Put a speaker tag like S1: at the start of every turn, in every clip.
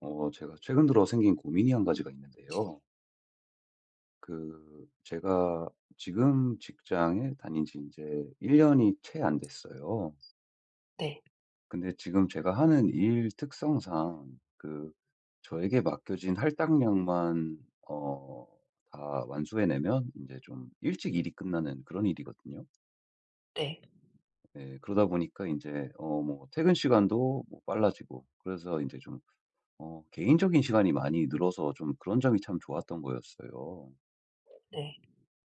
S1: 제가 최근 들어 생긴 고민이 한 가지가 있는데요. 제가 지금 직장에 다닌 지 이제 1년이 채 안 됐어요.
S2: 네.
S1: 근데 지금 제가 하는 일 특성상 그, 저에게 맡겨진 할당량만, 어, 다 완수해내면 이제 좀 일찍 일이 끝나는 그런 일이거든요.
S2: 네.
S1: 네, 그러다 보니까 이제 퇴근 시간도 뭐 빨라지고, 그래서 이제 좀 개인적인 시간이 많이 늘어서 좀 그런 점이 참 좋았던 거였어요.
S2: 네.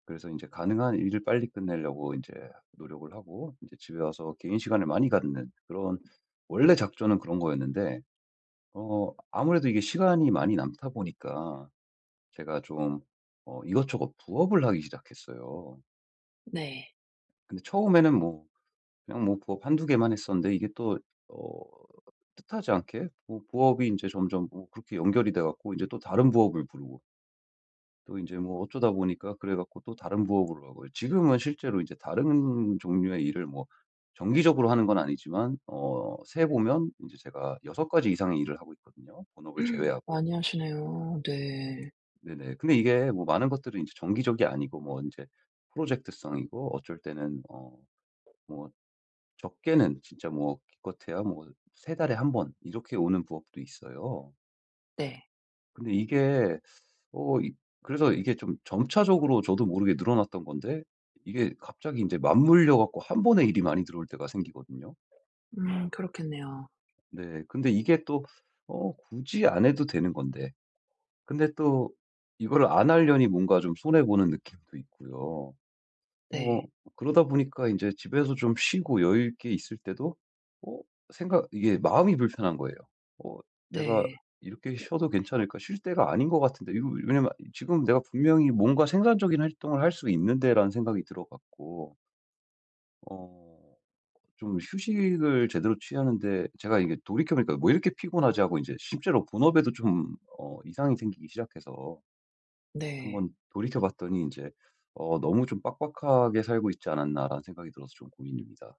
S1: 그래서 이제 가능한 일을 빨리 끝내려고 이제 노력을 하고 이제 집에 와서 개인 시간을 많이 갖는 그런 원래 작전은 그런 거였는데 아무래도 이게 시간이 많이 남다 보니까 제가 좀 이것저것 부업을 하기 시작했어요.
S2: 네.
S1: 근데 처음에는 뭐 그냥 뭐 부업 한두 개만 했었는데 이게 또 어 뜻하지 않게 뭐 부업이 이제 점점 뭐 그렇게 연결이 돼 갖고 이제 또 다른 부업을 부르고 또 이제 뭐 어쩌다 보니까 그래 갖고 또 다른 부업으로 가고요. 지금은 실제로 이제 다른 종류의 일을 뭐 정기적으로 하는 건 아니지만 세 보면 이제 제가 6 가지 이상의 일을 하고 있거든요, 본업을 제외하고.
S2: 많이 하시네요. 네.
S1: 네네. 근데 이게 뭐 많은 것들은 이제 정기적이 아니고 뭐 이제 프로젝트성이고 어쩔 때는 뭐 적게는 진짜 뭐 기껏해야 뭐 세 달에 한 번 이렇게 오는 부업도 있어요.
S2: 네.
S1: 근데 이게 어 이 그래서 이게 좀 점차적으로 저도 모르게 늘어났던 건데 이게 갑자기 이제 맞물려 갖고 한 번에 일이 많이 들어올 때가 생기거든요.
S2: 그렇겠네요.
S1: 네. 근데 이게 또 굳이 안 해도 되는 건데 근데 또 이거를 안 하려니 뭔가 좀 손해 보는 느낌도 있고요. 어
S2: 네.
S1: 그러다 보니까 이제 집에서 좀 쉬고 여유 있게 있을 때도 어 생각 이게 마음이 불편한 거예요. '어 내가
S2: 네.
S1: 이렇게 쉬어도 괜찮을까? 쉴 때가 아닌 것 같은데.' 이거 왜냐면 지금 내가 분명히 뭔가 생산적인 활동을 할 수 있는데라는 생각이 들어 갖고 어 좀 휴식을 제대로 취하는데 제가 이게 돌이켜 보니까 '왜 이렇게 피곤하지?' 하고 이제 실제로 본업에도 좀 이상이 생기기 시작해서
S2: 네.
S1: 한번 돌이켜 봤더니 이제 '너무 좀 빡빡하게 살고 있지 않았나.'라는 생각이 들어서 좀 고민입니다.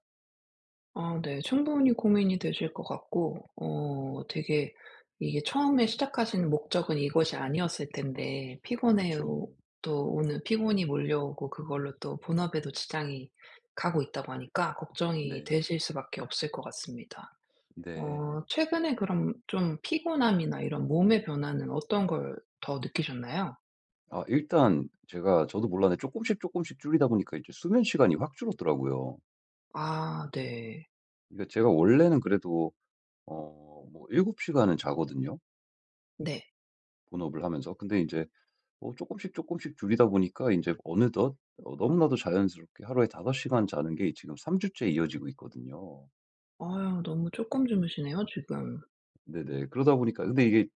S2: 아 네. 충분히 고민이 되실 것 같고, 되게 이게 처음에 시작하신 목적은 이것이 아니었을 텐데, 피곤해
S1: 그쵸.
S2: 또 오는 피곤이 몰려오고, 그걸로 또 본업에도 지장이 가고 있다고 하니까 걱정이
S1: 네.
S2: 되실 수밖에 없을 것 같습니다.
S1: 네.
S2: 최근에 그럼 좀 피곤함이나 이런 몸의 변화는 어떤 걸 더 느끼셨나요?
S1: 아 일단 제가 저도 몰랐는데 조금씩 조금씩 줄이다 보니까 이제 수면 시간이 확 줄었더라고요.
S2: 아 네.
S1: 그러니까 제가 원래는 그래도 7 시간은 자거든요,
S2: 네.
S1: 본업을 하면서. 근데 이제조금씩 조금씩 줄이다 보니까 이제 어느덧 너무나도 자연스럽게 하루에 5 시간 자는 게 지금 3 주째 이어지고 있거든요.
S2: 아유 너무 조금 주무시네요 지금.
S1: 네네. 그러다 보니까 근데 이게,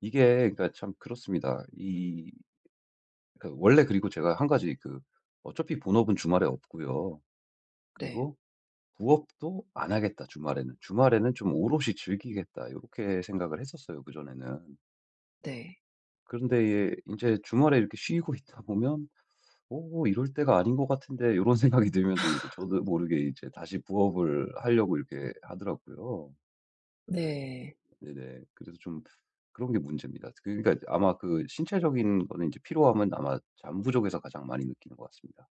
S1: 이게 그러니까 참 그렇습니다. 이 그러니까 원래 그리고 제가 한 가지 어차피 본업은 주말에 없고요.
S2: 네.
S1: 그리고 부업도 안 하겠다 주말에는. 주말에는 좀 오롯이 즐기겠다. 이렇게 생각을 했었어요 그전에는.
S2: 네.
S1: 그런데 예제 주말에 이렇게 쉬고 있다 보면 오 이럴 때가 아닌 것 같은데.' 이런 생각이 들면서 이제 저도 모르게 이제 다시 부업을 하려고 이렇게 하더라고요.
S2: 네.
S1: 네네. 그래서 좀 그런 게 문제입니다. 그러니까 아마 그 신체적인 거는 이제 피로함은 아마 잠 부족에서 가장 많이 느끼는 것 같습니다.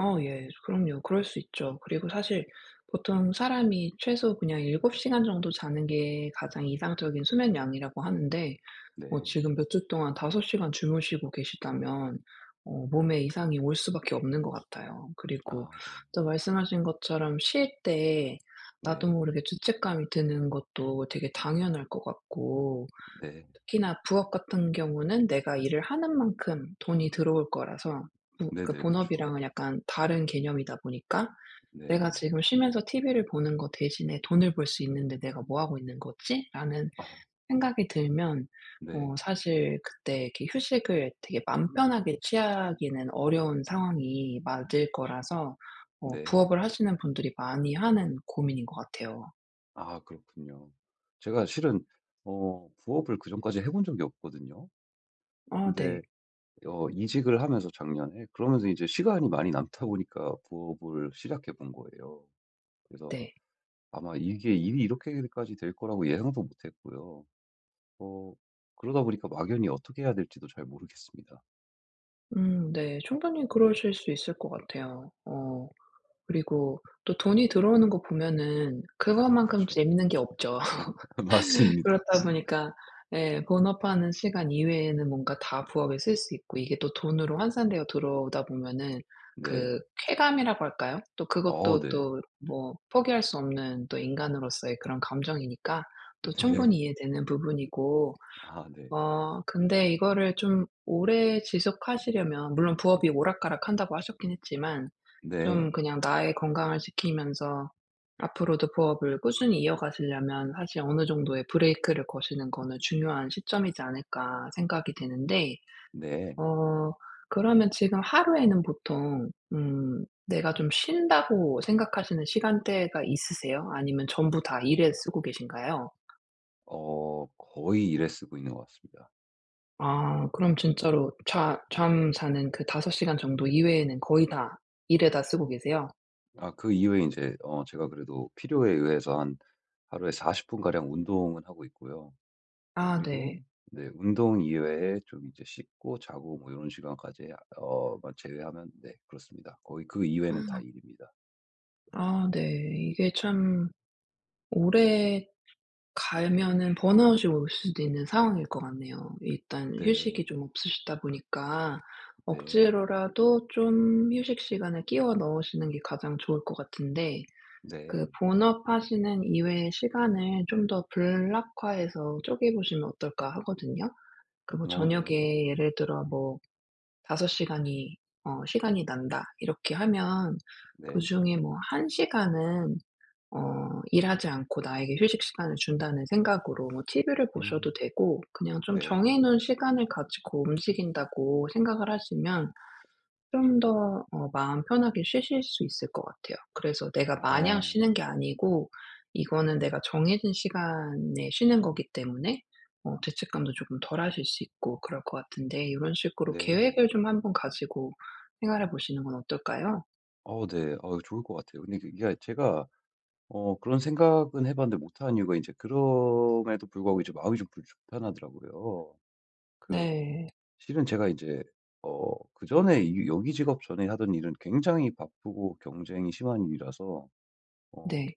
S2: 예. 그럼요. 그럴 수 있죠. 그리고 사실 보통 사람이 최소 그냥 7 시간 정도 자는 게 가장 이상적인 수면 양이라고 하는데,
S1: 네.
S2: 지금 몇 주 동안 5 시간 주무시고 계시다면 몸에 이상이 올 수밖에 없는 것 같아요. 그리고
S1: 아 네.
S2: 또 말씀하신 것처럼 쉴 때 나도
S1: 네.
S2: 모르게 죄책감이 드는 것도 되게 당연할 것 같고,
S1: 네.
S2: 특히나 부업 같은 경우는 내가 일을 하는 만큼 돈이 들어올 거라서, 부 그
S1: 네네. 그쵸.
S2: 본업이랑은 약간 다른 개념이다 보니까 '내가
S1: 네.
S2: 지금 쉬면서 TV를 보는 거 대신에 돈을 벌 수 있는데 내가 뭐 하고 있는 거지?'라는
S1: 아
S2: 생각이 들면,
S1: 네.
S2: 사실 그때 이렇게 휴식을 되게 맘 편하게 취하기는 어려운 상황이 맞을 거라서,
S1: 네.
S2: 부업을 하시는 분들이 많이 하는 고민인 것 같아요.
S1: 아 그렇군요. 제가 실은 부업을 그전까지 해본 적이 없거든요.
S2: 아
S1: 근데
S2: 네.
S1: 이직을 하면서 작년에 그러면서 이제 시간이 많이 남다 보니까 부업을 시작해 본 거예요. 그래서
S2: 네.
S1: 아마 이게 일이 이렇게까지 될 거라고 예상도 못 했고요. 어 그러다 보니까 막연히 어떻게 해야 될지도 잘 모르겠습니다.
S2: 네. 충분히 그러실 수 있을 것 같아요. 그리고 또 돈이 들어오는 거 보면은 그거만큼
S1: 그쵸.
S2: 재밌는 게 없죠.
S1: 맞습니다.
S2: 그렇다 보니까 예, 본업하는 시간 이외에는 뭔가 다 부업에 쓸 수 있고, 이게 또 돈으로 환산되어 들어오다 보면은
S1: 네.
S2: 그 쾌감이라고 할까요? 또
S1: 어
S2: 그것도
S1: 네.
S2: 또 뭐 포기할 수 없는 또 인간으로서의 그런 감정이니까 또
S1: 네.
S2: 충분히 이해되는 부분이고,
S1: 아 네.
S2: 근데 이거를 좀 오래 지속하시려면, 물론 부업이 오락가락한다고 하셨긴 했지만,
S1: 네.
S2: 좀 그냥 나의 건강을 지키면서 앞으로도 부업을 꾸준히 이어가시려면 사실 어느 정도의 브레이크를 거시는 거는 중요한 시점이지 않을까 생각이 되는데,
S1: 네.
S2: 어 그러면 지금 하루에는 보통 내가 좀 쉰다고 생각하시는 시간대가 있으세요? 아니면 전부 다 일에 쓰고 계신가요?
S1: 거의 일에 쓰고 있는 것 같습니다.
S2: 아 그럼 진짜로 좌 잠 자는 그 5 시간 정도 이외에는 거의 다 일에다 쓰고 계세요?
S1: 아 그 이후에 이제 제가 그래도 필요에 의해서 한 하루에 40 분가량 운동은 하고 있고요.
S2: 아
S1: 그리고
S2: 네.
S1: 네 운동 이외에 좀 이제 씻고 자고 뭐 이런 시간까지 제외하면 네 그렇습니다. 거의 그 이외는 다 일입니다.
S2: 아 네. 이게 참 오래 가면은 번아웃이 올 수도 있는 상황일 것 같네요. 일단
S1: 네.
S2: 휴식이 좀 없으시다 보니까
S1: 네.
S2: 억지로라도 좀 휴식 시간을 끼워 넣으시는 게 가장 좋을 것 같은데, 그
S1: 네.
S2: 본업하시는 이외의 시간을 좀 더 블락화해서 쪼개 보시면 어떨까 하거든요. 그 뭐
S1: 어 네.
S2: 저녁에 예를 들어 뭐 5 시간이 난다 이렇게 하면,
S1: 네.
S2: 그중에 뭐 1 시간은 어 일하지 않고 나에게 휴식 시간을 준다는 생각으로 뭐 TV를 보셔도
S1: 음
S2: 되고, 그냥 좀
S1: 네.
S2: 정해 놓은 시간을 가지고 움직인다고 생각을 하시면 좀 더 마음 편하게 쉬실 수 있을 것 같아요. 그래서 내가 마냥
S1: 어
S2: 쉬는 게 아니고 이거는 내가 정해진 시간에 쉬는 거기 때문에 죄책감도 조금 덜하실 수 있고 그럴 것 같은데, 요런 식으로
S1: 네.
S2: 계획을 좀 한번 가지고 생활해 보시는 건 어떨까요?
S1: 어 네. 어 좋을 것 같아요. 근데 그 이게 제가 그런 생각은 해 봤는데 못한 이유가 이제 그럼에도 불구하고 이제 마음이 좀 불 불편하더라고요. 그
S2: 네.
S1: 실은 제가 이제 그전에 이 여기 직업 전에 하던 일은 굉장히 바쁘고 경쟁이 심한 일이라서 어
S2: 네.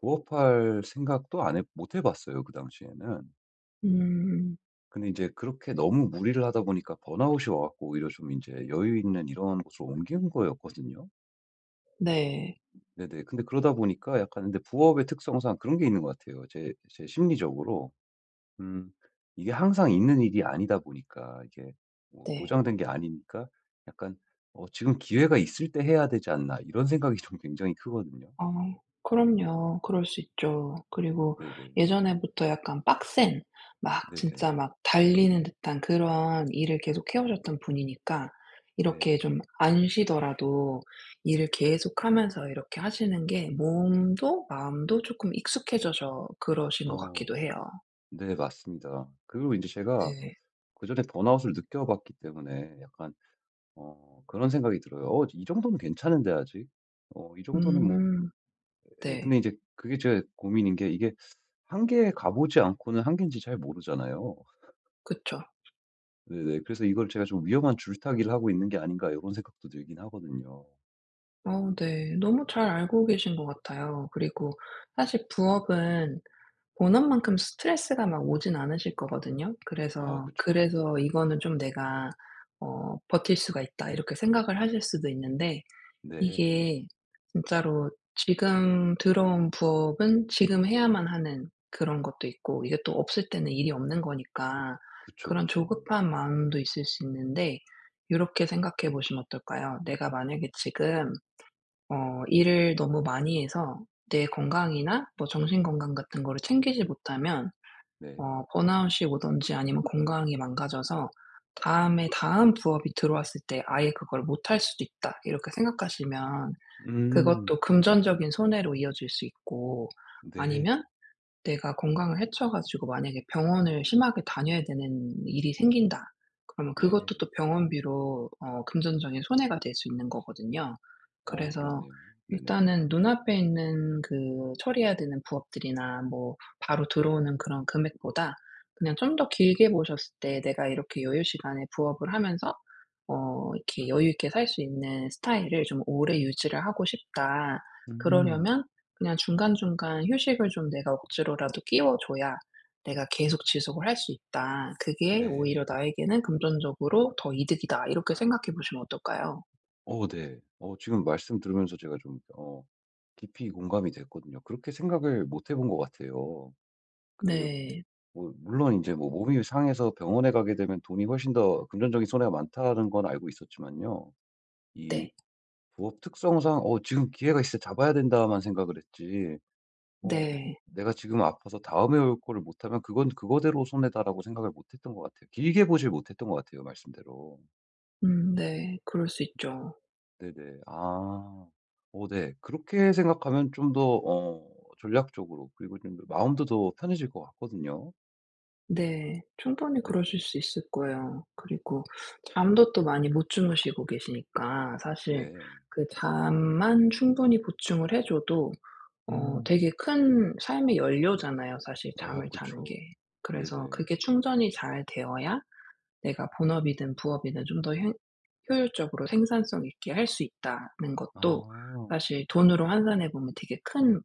S1: 부업할 생각도 안 해 못 해 봤어요, 그 당시에는.
S2: 음.
S1: 근데 이제 그렇게 너무 무리를 하다 보니까 번아웃이 와 갖고 오히려 좀 이제 여유 있는 이런 곳으로 옮긴 거였거든요.
S2: 네.
S1: 네네. 근데 그러다 보니까 약간 근데 부업의 특성상 그런 게 있는 것 같아요. 제 심리적으로 음 이게 항상 있는 일이 아니다 보니까 이게 뭐
S2: 네.
S1: 보장된 게 아니니까 약간 '어 지금 기회가 있을 때 해야 되지 않나.' 이런 생각이 좀 굉장히 크거든요.
S2: 아 그럼요. 그럴 수 있죠. 그리고
S1: 네네.
S2: 예전에부터 약간 빡센, 막 진짜
S1: 네네.
S2: 막 달리는 듯한 그런 일을 계속 해 오셨던 분이니까 이렇게
S1: 네.
S2: 좀 안 쉬더라도 일을 계속하면서 이렇게 하시는 게 몸도 마음도 조금 익숙해져서 그러신 것
S1: 어.
S2: 같기도 해요.
S1: 네 맞습니다. 그리고 이제 제가
S2: 네.
S1: 그전에 번아웃을 느껴봤기 때문에 약간 그런 생각이 들어요. '어 이 정도는 괜찮은데 아직. 어 이 정도는 뭐'
S2: 음
S1: 예
S2: 네.
S1: 근데 이제 그게 제 고민인 게 이게 한계에 가 보지 않고는 한계인지 잘 모르잖아요.
S2: 그쵸.
S1: 네네. 그래서 '이걸 제가 좀 위험한 줄타기를 하고 있는 게 아닌가.' 이런 생각도 들긴 하거든요.
S2: 어 네. 너무 잘 알고 계신 것 같아요. 그리고 사실 부업은 본업만큼 스트레스가 막 오진 않으실 거거든요.
S1: 아
S2: 그래서
S1: 그쵸.
S2: 그래서 '이거는 좀 내가 버틸 수가 있다.' 이렇게 생각을 하실 수도 있는데,
S1: 네.
S2: 이게 진짜로 지금 들어온 부업은 지금 해야만 하는 그런 것도 있고, 이게 또 없을 때는 일이 없는 거니까
S1: 그쵸,
S2: 그런
S1: 그쵸.
S2: 조급한 마음도 있을 수 있는데, 요렇게 생각해 보시면 어떨까요? '내가 만약에 지금 어 일을 너무 많이 해서 내 건강이나 뭐 정신 건강 같은 거를 챙기지 못하면
S1: 네.
S2: 번아웃이 오든지 아니면 건강이 망가져서 다음에 다음 부업이 들어왔을 때 아예 그걸 못할 수도 있다. 이렇게 생각하시면
S1: 음.
S2: 그것도 금전적인 손해로 이어질 수 있고,
S1: 네.
S2: 아니면 내가 건강을 해쳐 가지고 만약에 병원을 심하게 다녀야 되는 일이 생긴다. 그러면
S1: 네.
S2: 그것도 또 병원비로 금전적인 손해가 될 수 있는 거거든요.
S1: 어
S2: 그래서
S1: 그렇네요. 네네.
S2: 일단은 눈앞에 있는 그 처리해야 되는 부업들이나 뭐 바로 들어오는 그런 금액보다, 그냥 좀 더 길게 보셨을 때 내가 이렇게 여유 시간에 부업을 하면서 이렇게 여유 있게 살 수 있는 스타일을 좀 오래 유지를 하고 싶다.
S1: 음.
S2: 그러려면 그냥 중간중간 휴식을 좀 내가 억지로라도 끼워 줘야 내가 계속 지속을 할 수 있다. 그게
S1: 네.
S2: 오히려 나에게는 금전적으로 더 이득이다. 이렇게 생각해 보시면 어떨까요?
S1: 어 네. 어 지금 말씀 들으면서 제가 좀 깊이 공감이 됐거든요. 그렇게 생각을 못 해본 것 같아요. 그
S2: 네.
S1: 물론 이제 뭐 몸이 상해서 병원에 가게 되면 돈이 훨씬 더 금전적인 손해가 많다는 건 알고 있었지만요. 이
S2: 네.
S1: 부업 특성상 '어 지금 기회가 있어 잡아야 된다.'만 생각을 했지 어
S2: 네.
S1: '내가 지금 아파서 다음에 올 거를 못하면 그건 그거대로 손해다.'라고 생각을 못 했던 것 같아요. 길게 보질 못했던 것 같아요 말씀대로.
S2: 네. 그럴 수 있죠.
S1: 네네. 아. 어 네. 그렇게 생각하면 좀 더 전략적으로 그리고 좀더 마음도 더 편해질 것 같거든요.
S2: 네. 충분히
S1: 네.
S2: 그러실 수 있을 거예요. 그리고 잠도 또 많이 못 주무시고 계시니까 사실
S1: 네.
S2: 그 잠만 충분히 보충을 해 줘도,
S1: 음.
S2: 되게 큰 삶의 연료잖아요 사실
S1: 아
S2: 잠을 자는 게.
S1: 그쵸.
S2: 그래서
S1: 네네.
S2: 그게 충전이 잘 되어야 내가 본업이든 부업이든 좀 더 효율적으로 생산성 있게 할 수 있다는 것도
S1: 아.
S2: 사실 돈으로 환산해 보면 되게 큰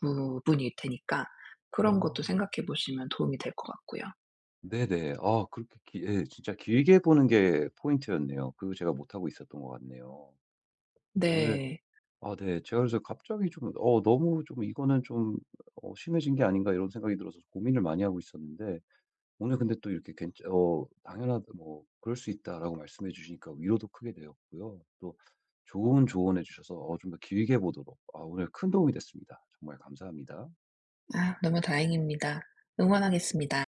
S2: 부분일 테니까, 그런
S1: 어.
S2: 것도 생각해 보시면 도움이 될 것 같고요.
S1: 네네. 아 그렇게 기 예 진짜 길게 보는 게 포인트였네요. 그거 제가 못하고 있었던 것 같네요. 오늘
S2: 네.
S1: 아 네 제가 그래서 갑자기 좀 너무 좀 '이거는 좀 심해진 게 아닌가.' 이런 생각이 들어서 고민을 많이 하고 있었는데 오늘 근데 또 이렇게 괜찮 어 당연하다 뭐 "그럴 수 있다."라고 말씀해 주시니까 위로도 크게 되었고요. 또 좋은 조언해 주셔서 좀 더 길게 보도록 아 오늘 큰 도움이 됐습니다. 정말 감사합니다.
S2: 아 너무 다행입니다. 응원하겠습니다.